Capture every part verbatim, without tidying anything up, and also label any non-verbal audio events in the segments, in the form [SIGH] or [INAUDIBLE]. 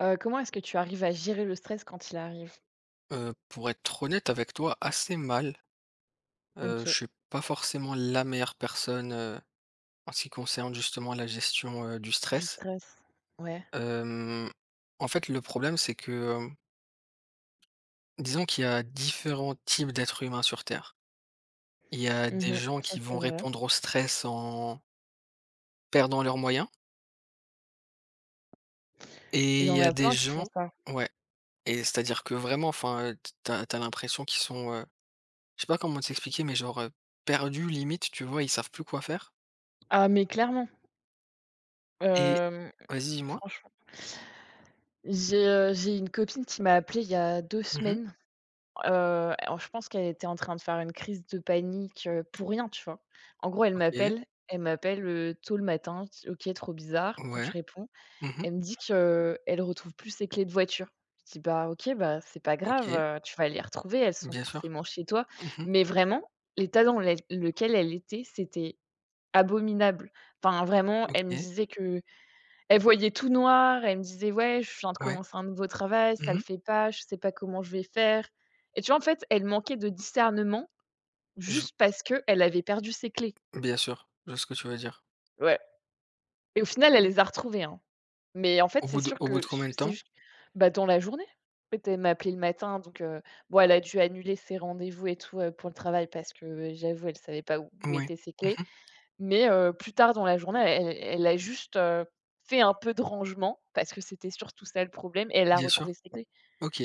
Heu, comment est-ce que tu arrives à gérer le stress quand il arrive? Heu, pour être honnête avec toi, assez mal. Heu, OK, je suis pas forcément la meilleure personne, heu, en ce qui concerne justement la gestion, heu, du du stress. stress. Ouais. Hem, en fait, le problème, c'est que, hem, disons qu'il y a différents types d'êtres humains sur terre. Il y a des Mmh. gens Ça, qui vont c'est vrai. répondre au stress en perdant leurs moyens Il et y il en y a a des plein qui font gens ça. ouais, et c'est-à-dire que vraiment, enfin, heu, t tu as l'impression qu'ils sont, heu, je sais pas comment t'expliquer, mais genre, heu, perdus limite, tu vois? Ils savent plus quoi faire Ah mais clairement, et hem, vas-y, dis-moi? franch j'ai, heu, j'ai une copine qui m'a appelée il y a deux Mmh mh. semaines, heu, alors je pense qu'elle était en train de faire une crise de panique, heu, pour rien, tu vois? En gros, elle OK. m'appelle elle m'appelle, heu, tôt le matin, «OK, trop bizarre», donc je Ouais. réponds. Mmh mh. Elle me dit qu'elle retrouve plus ses clés de voiture. Je dis: «Bah, OK, bah, c'est pas grave, OK. heu, tu vas les retrouver, elles sont Bien sûr. forcément chez toi». Mmh mh. Mais vraiment, l'état dans lel lequel elle était, c'était abominable. Enfin, vraiment, elle me OK. disait que elle voyait tout noir, elle me disait: «Ouais, je viens de Ouais. commencer un nouveau travail, Mmh ça le mh. fait pas, je sais pas comment je vais faire», et tu vois, en fait, elle manquait de discernement Je juste parce que elle avait perdu ses clés. Bien sûr, je vois ce que tu veux dire. Ouais, et au final, elle les a retrouvées, hein. Mais en fait, Au c'est bout de sûr au bout de que j combien de c'est temps? juste bah, dans la journée. En fait, elle m'a appelé le matin, donc heu, bon, elle a dû annuler ses rendez-vous et tout, heu, pour le travail parce que euh, j'avoue, elle savait pas où où Ouais. étaient ses Mmh clés. mh. Mais heu, plus tard dans la journée, elle elle a juste, heu, fait un peu de rangement parce que c'était surtout ça le problème et elle a Bien retrouvé sûr. ses clés. OK.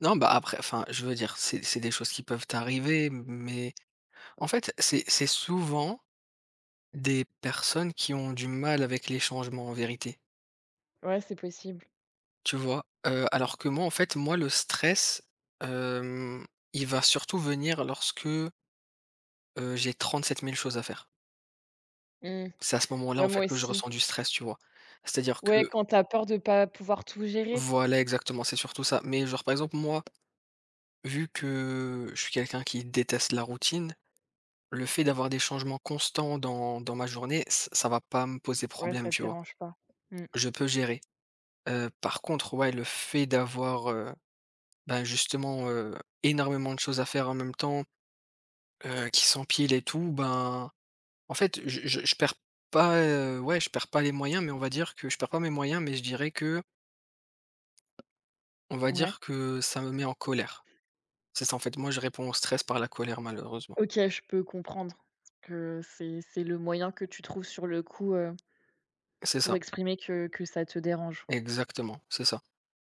Non, bah, après enfin, je veux dire, c'est c'est des choses qui peuvent t'arriver, mais en fait, c'est c'est souvent des personnes qui ont du mal avec les changements en vérité, Ouais, c'est possible. tu vois? Heu, alors que moi, en fait, moi, le stress, hem, il va surtout venir lorsque, heu, j'ai sept mille choses à faire. Mmh. C'est à ce moment-là, Ouais, en fait, moi que je aussi. ressens du stress, tu vois? C'est-à-dire Ouais, que quand t'as peur de pas pouvoir tout gérer. voilà, exactement, c'est surtout ça. Mais genre, par exemple, moi, vu que je suis quelqu'un qui déteste la routine, le fait d'avoir des changements constants dans dans ma journée, ç ça va pas me poser Ouais, problème, ça te tu vois? dérange pas. Mmh, Je peux gérer. Heu, par contre, ouais, le fait d'avoir, heu, ben, justement, heu, énormément de choses à faire en même temps, heu, qui s'empilent et tout, ben, en fait, je je je perds pas, heu, ouais, je perds pas les moyens, mais on va dire que je perds pas mes moyens, mais je dirais que on va ouais. dire que ça me met en colère. C'est ça, en fait, moi je réponds au stress par la colère malheureusement. OK, je peux comprendre que c'est c'est le moyen que tu trouves sur le coup, heu. C'est Pour ça, exprimer que que ça te dérange. exactement, c'est ça,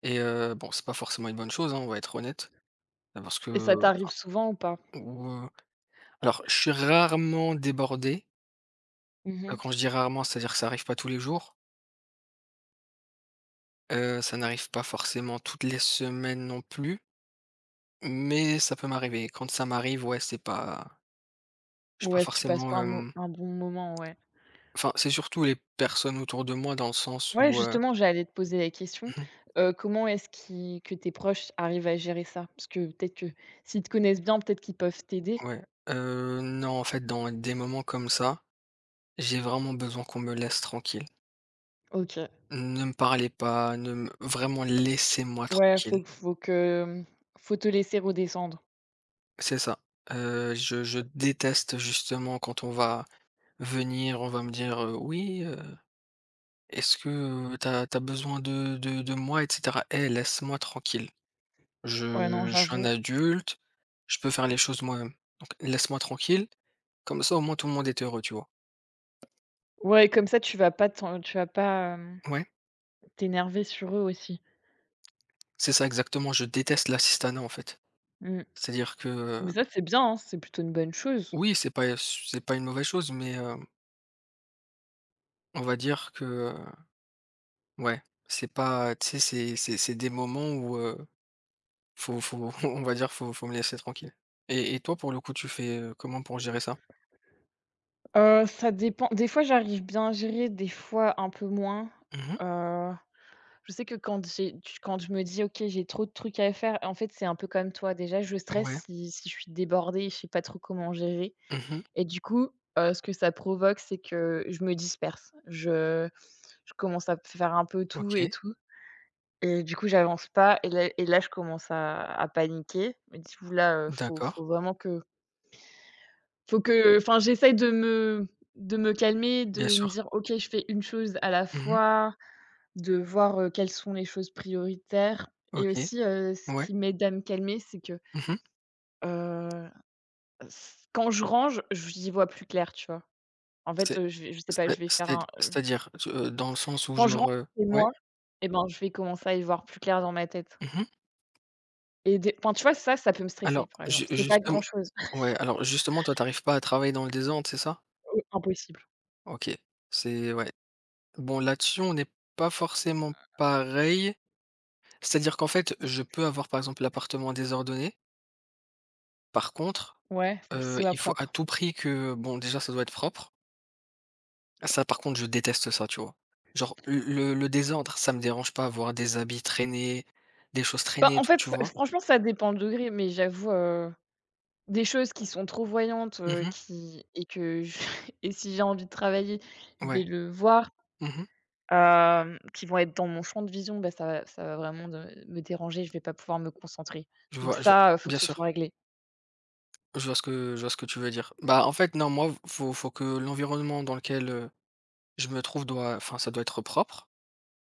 et heu, bon, c'est pas forcément une bonne chose, hein, on va être honnête, heu, parce Et ça que t'arrive enfin souvent ou pas? ou, heu, alors je suis rarement débordé, Mmh heu, mh. quand je dis rarement, c'est-à-dire que ça arrive pas tous les jours, heu, ça n'arrive pas forcément toutes les semaines non plus, mais ça peut m'arriver. Quand ça m'arrive, ouais, c'est pas je suis pas Ouais, si tu passes forcément, pas un mo hem un bon moment, ouais. enfin, c'est surtout les personnes autour de moi dans le sens Ouais, où, heu justement, j'allais te poser la question, [LAUGHS] heu, comment est-ce qu'ils que tes proches arrivent à gérer ça? Parce que peut-être que s'ils te connaissent bien, peut-être qu'ils peuvent t'aider? Ouais, heu, non, en fait, dans des moments comme ça, j'ai vraiment besoin qu'on me laisse tranquille. OK. Ne me parlez pas, ne me vraiment laissez-moi Ouais, tranquille. faut faut que, mmh, faut te laisser redescendre. C'est ça. Heu, je je déteste justement quand on va venir, on va me dire, heu: «Oui, heu, est-ce que, t'as t'as besoin de de de moi?» et cetera. Eh, laisse-moi tranquille. Ouais, non, Je je suis un j'avoue. adulte, je peux faire les choses moi-même. Donc laisse-moi tranquille, comme ça, au moins, tout le monde est heureux, tu vois? Ouais, comme ça, tu vas pas t'en tu vas pas, hem, Ouais, t'énerver sur eux aussi. c'est ça exactement, je déteste l'assistanat, en fait. Mmh. C'est-à-dire que, Mais heu, ça, c'est bien, hein, c'est plutôt une bonne chose. oui, c'est pas c'est pas une mauvaise chose, mais, heu, on va dire que, heu, ouais, c'est pas tu sais, c'est c'est c'est des moments où, heu, faut faut [LAUGHS] on va dire, faut faut me laisser tranquille. Et et toi, pour le coup, tu fais, heu, comment pour gérer ça? Heu, ça dépend. Des fois, j'arrive bien à gérer, des fois un peu moins. Mmh. Heu, je sais que quand j'ai tu quand je me dis: «OK, j'ai trop de trucs à faire», en fait, c'est un peu comme toi. Déjà, je Ouais. stresse si si je suis débordée, je sais pas trop comment gérer. Mmh. Et du coup, heu, ce que ça provoque, c'est que je me disperse. Je je commence à faire un peu tout et OK. tout, et du coup, j'avance pas, et là et là, je commence à à paniquer. Je me dis: «Ouh là, faut D'accord. faut vraiment que». Faut que Enfin, j'essaye de me de me calmer, Bien de me sûr. dire: «OK, je fais une chose à la Mmh. fois», de voir, heu, quelles sont les choses prioritaires. Et OK. aussi, heu, ce Ouais. qui m'aide à me calmer, c'est que, Mmh. heu, s quand je range, j'y vois plus clair, tu vois? En fait, C'est heu, je vais je sais pas, je c'est vais faire c'est un, heu, C'est-à-dire, tu heu, dans le sens où quand je range genre, heu chez ouais? moi, et ben, je vais commencer à y voir plus clair dans ma tête. Mmh. Et des Enfin, tu vois, ça, ça peut me stresser, Alors, par ju exemple. C'est pas justem grand-chose. ouais, alors justement, toi, tu arrives pas à travailler dans le désordre, c'est ça? [LAUGHS] Impossible. OK. C'est ouais. Bon, là-dessus, on n'est pas forcément pareil. C'est-à-dire qu'en fait, je peux avoir, par exemple, l'appartement désordonné. Par contre, Ouais, faut qu'il heu, soit il faut à propre. tout prix que bon, déjà, ça doit être propre. Ça, par contre, je déteste ça, tu vois? Genre, le le le désordre, ça me dérange pas, voir des habits traînés, des choses Bah, traînées, et en tout, fait, tu ça vois? franchement, ça dépend le degré, mais j'avoue, des choses qui sont trop voyantes, heu, Mhm. qui et que je [LAUGHS] et si j'ai envie de travailler, je Ouais. vais le voir, Mhm. hem, qui vont être dans mon champ de vision, bah, ça va ça va vraiment de me déranger, je vais pas pouvoir me concentrer. Je Donc vois je ça, heu, faut que bien ce soit sûr. réglé. Je vois ce que je vois ce que tu veux dire. Bah, en fait, non, moi, faut faut que l'environnement dans lequel, heu, je me trouve doit enfin, ça doit être propre.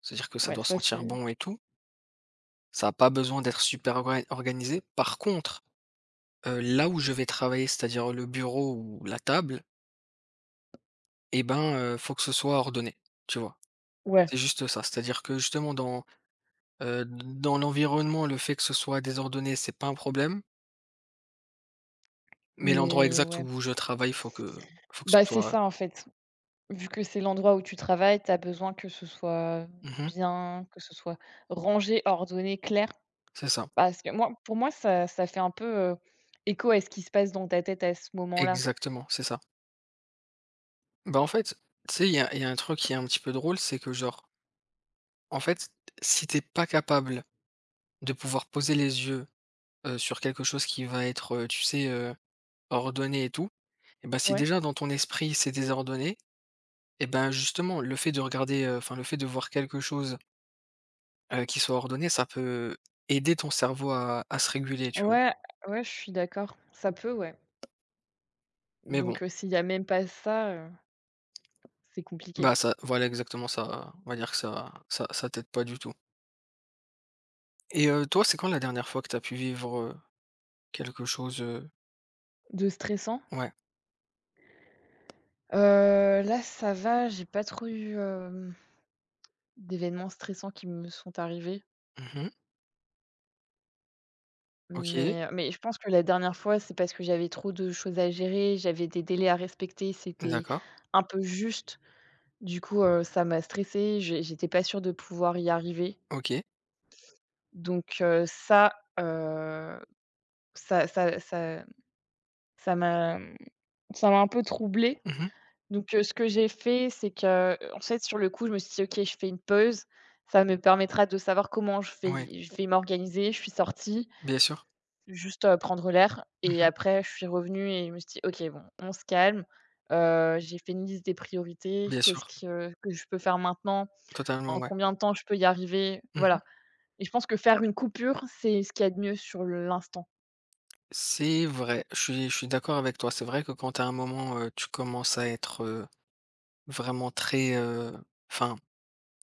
C'est-à-dire que ça Ouais, doit ça sentir c'est bon et tout. Ça a pas besoin d'être super orga organisé. Par contre, heu, là où je vais travailler, c'est-à-dire le bureau ou la table et ben, heu, faut que ce soit ordonné, tu vois? ouais, C'est juste ça. C'est-à-dire que justement dans, heu, dans l'environnement, le fait que ce soit désordonné, c'est pas un problème, mais l'endroit mais exact ouais. où je travaille, faut que faut que ce Bah, c'est soit ça en fait. Vu que c'est l'endroit où tu travailles, tu as besoin que ce soit mmh bien, que ce soit rangé, ordonné, clair. c'est ça. Parce que moi Pour moi, ça ça fait un peu, heu, écho à ce qui se passe dans ta tête à ce moment-là. Exactement, c'est ça. Bah, en fait, tu sais, il y a il y a un truc qui est un petit peu drôle, c'est que genre, en fait, si t'es pas capable de pouvoir poser les yeux Heu, sur quelque chose qui va être, heu, tu sais, heu, ordonné et tout, et ben si Ouais. déjà dans ton esprit c'est désordonné, et ben, justement le fait de regarder, heu, enfin le fait de voir quelque chose, heu, qui soit ordonné, ça peut aider ton cerveau à à se réguler, tu vois? Ouais, ouais, je suis d'accord. Ça peut, ouais. Mais bon, Donc, heu, s'il y a même pas ça, heu, c'est compliqué. bah, ça voilà exactement ça, on va dire que ça ça ça t'aide pas du tout. Et heu, toi, c'est quand la dernière fois que t'as pu vivre, heu, quelque chose, heu De stressant? ouais. Heu, Là, ça va, j'ai pas trop eu, hem, d'événements stressants qui me sont arrivés. Mmh. OK. Mais mais je pense que la dernière fois, c'est parce que j'avais trop de choses à gérer, j'avais des délais à respecter, c'était D'accord. un peu juste. Du coup, heu, ça m'a stressée, j'ai j'étais pas sûre de pouvoir y arriver. OK. Donc, heu, ça, heu, ça ça ça ça m'a, mmh, ça m'a un peu troublée. Mmh. Donc, heu, ce que j'ai fait, c'est que, en fait, sur le coup, je me suis dit: «OK, je fais une pause, ça me permettra de savoir comment je Ouais. vais je vais m'organiser». Je suis sortie, Bien sûr. juste, heu, prendre l'air, et Mmh. après je suis revenue et je me suis dit: «OK, bon, on se calme». Heu, j'ai fait une liste des priorités. Bien Qu'est-ce sûr. qui, heu, que je peux faire maintenant? Totalement, En ouais. combien de temps je peux y arriver? Mmh. Voilà. Et je pense que faire une coupure, c'est ce qu'il y a de mieux sur l'instant. C'est vrai, je suis je suis d'accord avec toi. C'est vrai que quand à un moment, heu, tu commences à être, heu, vraiment très, heu, enfin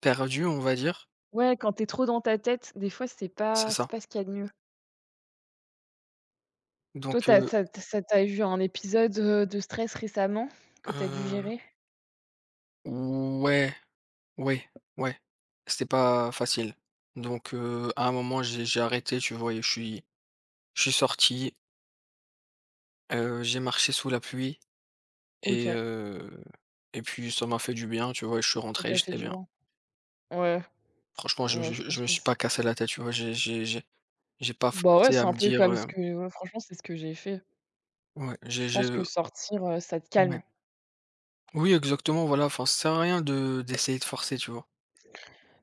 perdu, on va dire, Ouais, quand t'es trop dans ta tête, des fois, c'est c'est pas ça. c'est pas ce qu'il y a de mieux. Toi, Donc t'as, heu, ça t ça tu eu un épisode, heu, de stress récemment que t'as dû heu, gérer? ouais, oui, ouais, c'était pas facile. Donc heu, à un moment, j'ai j'ai arrêté, tu vois? Et je suis je suis sorti, heu, j'ai marché sous la pluie OK, et ça heu et puis ça m'a fait du bien, tu vois? Et je suis rentré, t'a fait j'étais du bien. bien. Ouais, Franchement, je ouais, je je je pense me que suis c pas cassé la tête, tu vois? J'ai j'ai j'ai j'ai pas bah, ouais, forcé c'est à un me peu comme ce dire, que ouais, franchement, c'est ce que j'ai fait. Ouais, Je j'ai pense j'ai que sortir, heu, ça te ouais. calme. Oui, exactement, voilà, enfin, ça sert à rien de d'essayer de forcer, tu vois?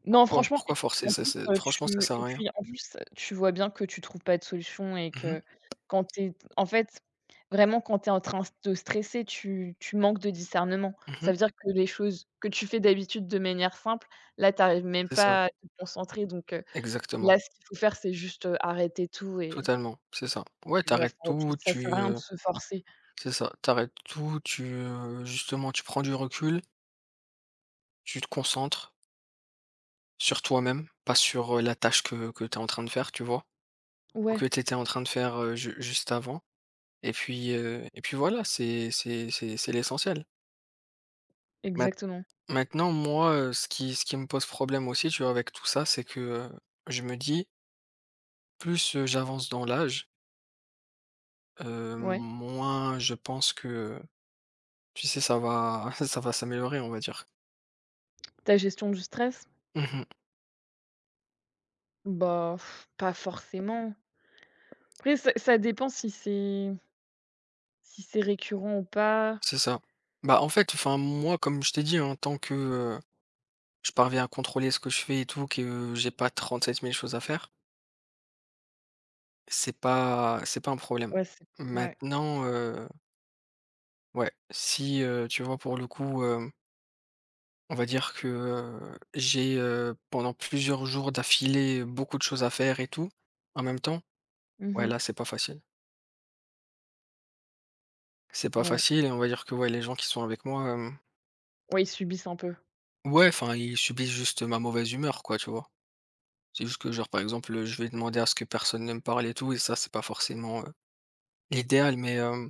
Non, Pourquoi franchement, et pourquoi puis, forcer? en Ça plus, c'est heu, franchement, tu ça sert et à rien. puis, en plus, heu, tu vois bien que tu trouves pas de solution et Mmh mh. que quand t'es, en fait, vraiment, quand t'es en train de stresser, tu tu manques de discernement. Ça Mmh. veut dire que les choses que tu fais d'habitude de manière simple, là, t'arrives même C'est ça, pas à te concentrer, donc heu. exactement, Là, ce qu'il faut faire, c'est juste, heu, arrêter tout, et totalement, c'est ça. Ouais, et voilà, t'arrêtes faire autre chose. tout, Ça sert tu, à rien de heu se forcer. c'est ça, t'arrêtes tout, tu, heu, justement, tu prends du recul, tu te concentres sur toi-même, pas sur, heu, la tâche que que t'es en train de faire, tu vois? Ou Ouais, que t'étais en train de faire, heu, ju juste avant et puis, heu et puis voilà, c'est c'est c'est c'est l'essentiel. exactement. Maintenant, moi, heu, ce qui ce qui me pose problème aussi, tu vois, avec tout ça, c'est que, heu, je me dis: «Plus, heu, j'avance dans l'âge, heu, Ouais. moins je pense que, tu sais, ça va [LAUGHS] ça va s'améliorer», on va dire. Ta gestion du stress? Mmh, Bah, pas forcément. Après, ça ça dépend si c'est si c'est récurrent ou pas. c'est ça. Bah, en fait, enfin, moi, comme je t'ai dit, en tant que, heu, je parviens à contrôler ce que je fais et tout, que euh, j'ai pas trente-sept mille choses à faire, c'est pas c'est pas un problème. Ouais, c'est ouais. Maintenant, heu, ouais, si, heu, tu vois, pour le coup, on va dire que, heu, j'ai, heu, pendant plusieurs jours d'affilée, beaucoup de choses à faire et tout, en même temps. Mmh Ouais, mh. là, c'est pas facile. C'est pas Ouais. facile et on va dire que, ouais, les gens qui sont avec moi, hem, Ouais, ils subissent un peu. ouais, enfin, ils subissent juste ma mauvaise humeur, quoi, tu vois? C'est juste que, genre, par exemple, je vais demander à ce que personne ne me parle et tout et ça, c'est pas forcément, heu, l'idéal, mais hem,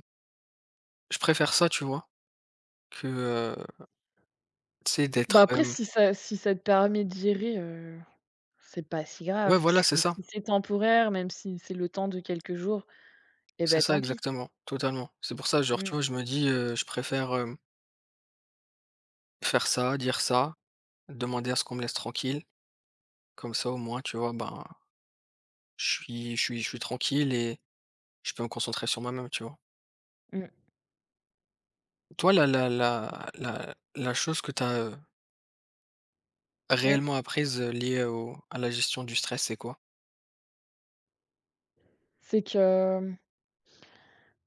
je préfère ça, tu vois? Que, heu, tu sais, d'être, Bah, après, hem si ça si ça te permet de gérer, heu, c'est pas si ouais, grave. voilà, Si c'est ça. Si c'est temporaire, même si c'est le temps de quelques jours, et C'est bah, ça tant pis. exactement, totalement. C'est pour ça, genre, Mmh, tu vois, je me dis, heu, je préfère, hem, faire ça, dire ça, demander à ce qu'on me laisse tranquille, comme ça au moins, tu vois, ben, je suis je suis je suis tranquille et je peux me concentrer sur moi-même, tu vois? mmh. Toi, la la la la la chose que tu as Ouais. réellement apprise, heu, liée au à la gestion du stress, c'est quoi? C'est que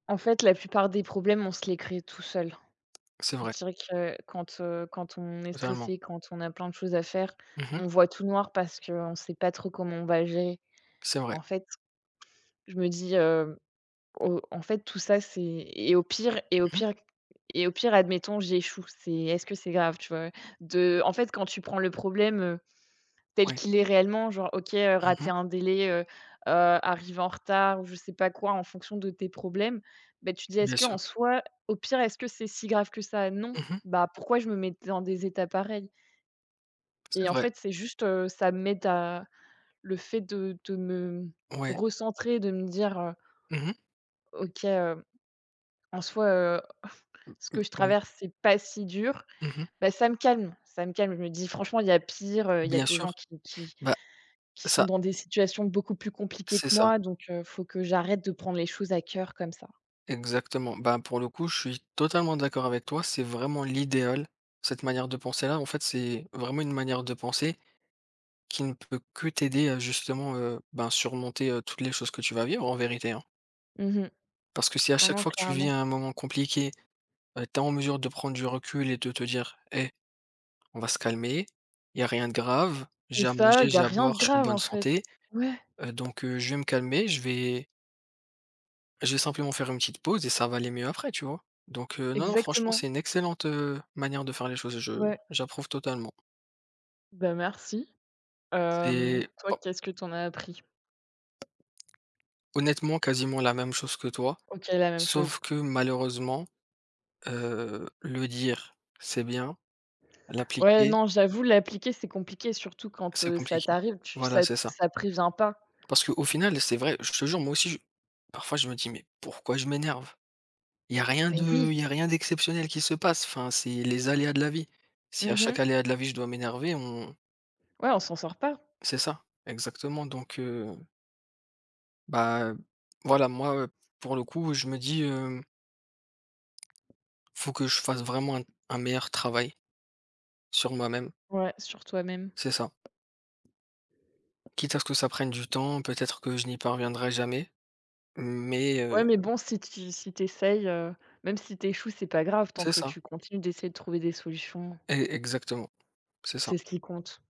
en fait, la plupart des problèmes, on se les crée tout seul. C'est Je vrai, dirais que quand, heu, quand on est totalement. stressé, quand on a plein de choses à faire, Mmh. on voit tout noir parce qu'on ne sait pas trop comment on va le gérer. C'est vrai. En fait, je me dis, heu, au en fait, tout ça, c'est et au pire et au Mmh. pire et au pire, admettons, j'échoue, c'est est-ce que c'est grave, tu vois? De En fait, quand tu prends le problème, tel Oui. qu'il est réellement, genre, OK, heu, rater Mmh. un délai, heu heu, arriver en retard ou je sais pas quoi en fonction de tes problèmes, bah, tu dis: «Est-ce Bien que en sûr. soi, au pire, est-ce que c'est si grave que ça? Non. Mmh. Bah, pourquoi je me mets dans des états pareils?». Et C'est en vrai. fait, c'est juste, heu, ça m'aide à le fait de de me Ouais. recentrer, de me dire, heu: Mmh. «OK, heu, en soi, heu, ce que je Oui. traverse, c'est pas si dur», Mmh. bah, ça me calme, ça me calme. Je me dis: «Franchement, il y a pire, heu, il y a Bien des sûr. gens qui qui» Bah, qui sont ça dans des situations beaucoup plus compliquées c'est que ça. moi, donc heu, faut que j'arrête de prendre les choses à cœur comme ça. Exactement. Bah, pour le coup, je suis totalement d'accord avec toi. C'est vraiment l'idéal. Cette manière de penser-là, en fait, c'est vraiment une manière de penser qui ne peut que t'aider à justement euh, ben, surmonter euh, toutes les choses que tu vas vivre en vérité, hein. Mmh. Parce que si à Non, chaque non, fois que tu vis clairement. un moment compliqué, tu es en mesure de prendre du recul et de te dire, Eh, on va se calmer, il n'y a rien de grave, Et j'ai à ça, manger, il y a j'ai à rien de boire, je suis en grave bonne en fait. santé, Ouais, euh, donc euh, je vais me calmer, je vais je vais simplement faire une petite pause et ça va aller mieux après, tu vois? Donc, heu, non, non, franchement, exactement. c'est une excellente, heu, manière de faire les choses. Je Ouais. j'approuve totalement. Bah, merci. Hem, C'est Toi, bon, qu'est-ce que t'en as appris? honnêtement, quasiment la même chose que toi, OK, la même chose. sauf que malheureusement, heu, le dire, c'est bien, Ouais, l'appliquer, non, j'avoue, l'appliquer, c'est compliqué, surtout quand, c'est heu, ça compliqué. t'arrive, tu Voilà, ça te c'est ça. ça prévient pas. Parce qu'au final, c'est vrai, je te jure, moi aussi, je parfois je me dis: «Mais pourquoi je m'énerve?» Il y a rien Ben oui. de il y a rien d'exceptionnel qui se passe, enfin, c'est les aléas de la vie. Si à Mmh. chaque aléa de la vie, je dois m'énerver, on Ouais, on s'en sort pas. c'est ça, exactement. Donc, heu, bah, voilà, moi, heu, pour le coup, je me dis, hem: «Faut que je fasse vraiment un un meilleur travail sur moi-même», Ouais, sur toi-même. c'est ça. Quitte à ce que ça prenne du temps, peut-être que je n'y parviendrai jamais, mais Ouais, heu mais bon, si tu si t'essayes, essayes, euh, même si t'échoues, c'est pas grave tant c'est que ça, tu continues d'essayer de trouver des solutions. e exactement, c'est ça. C'est ce qui compte.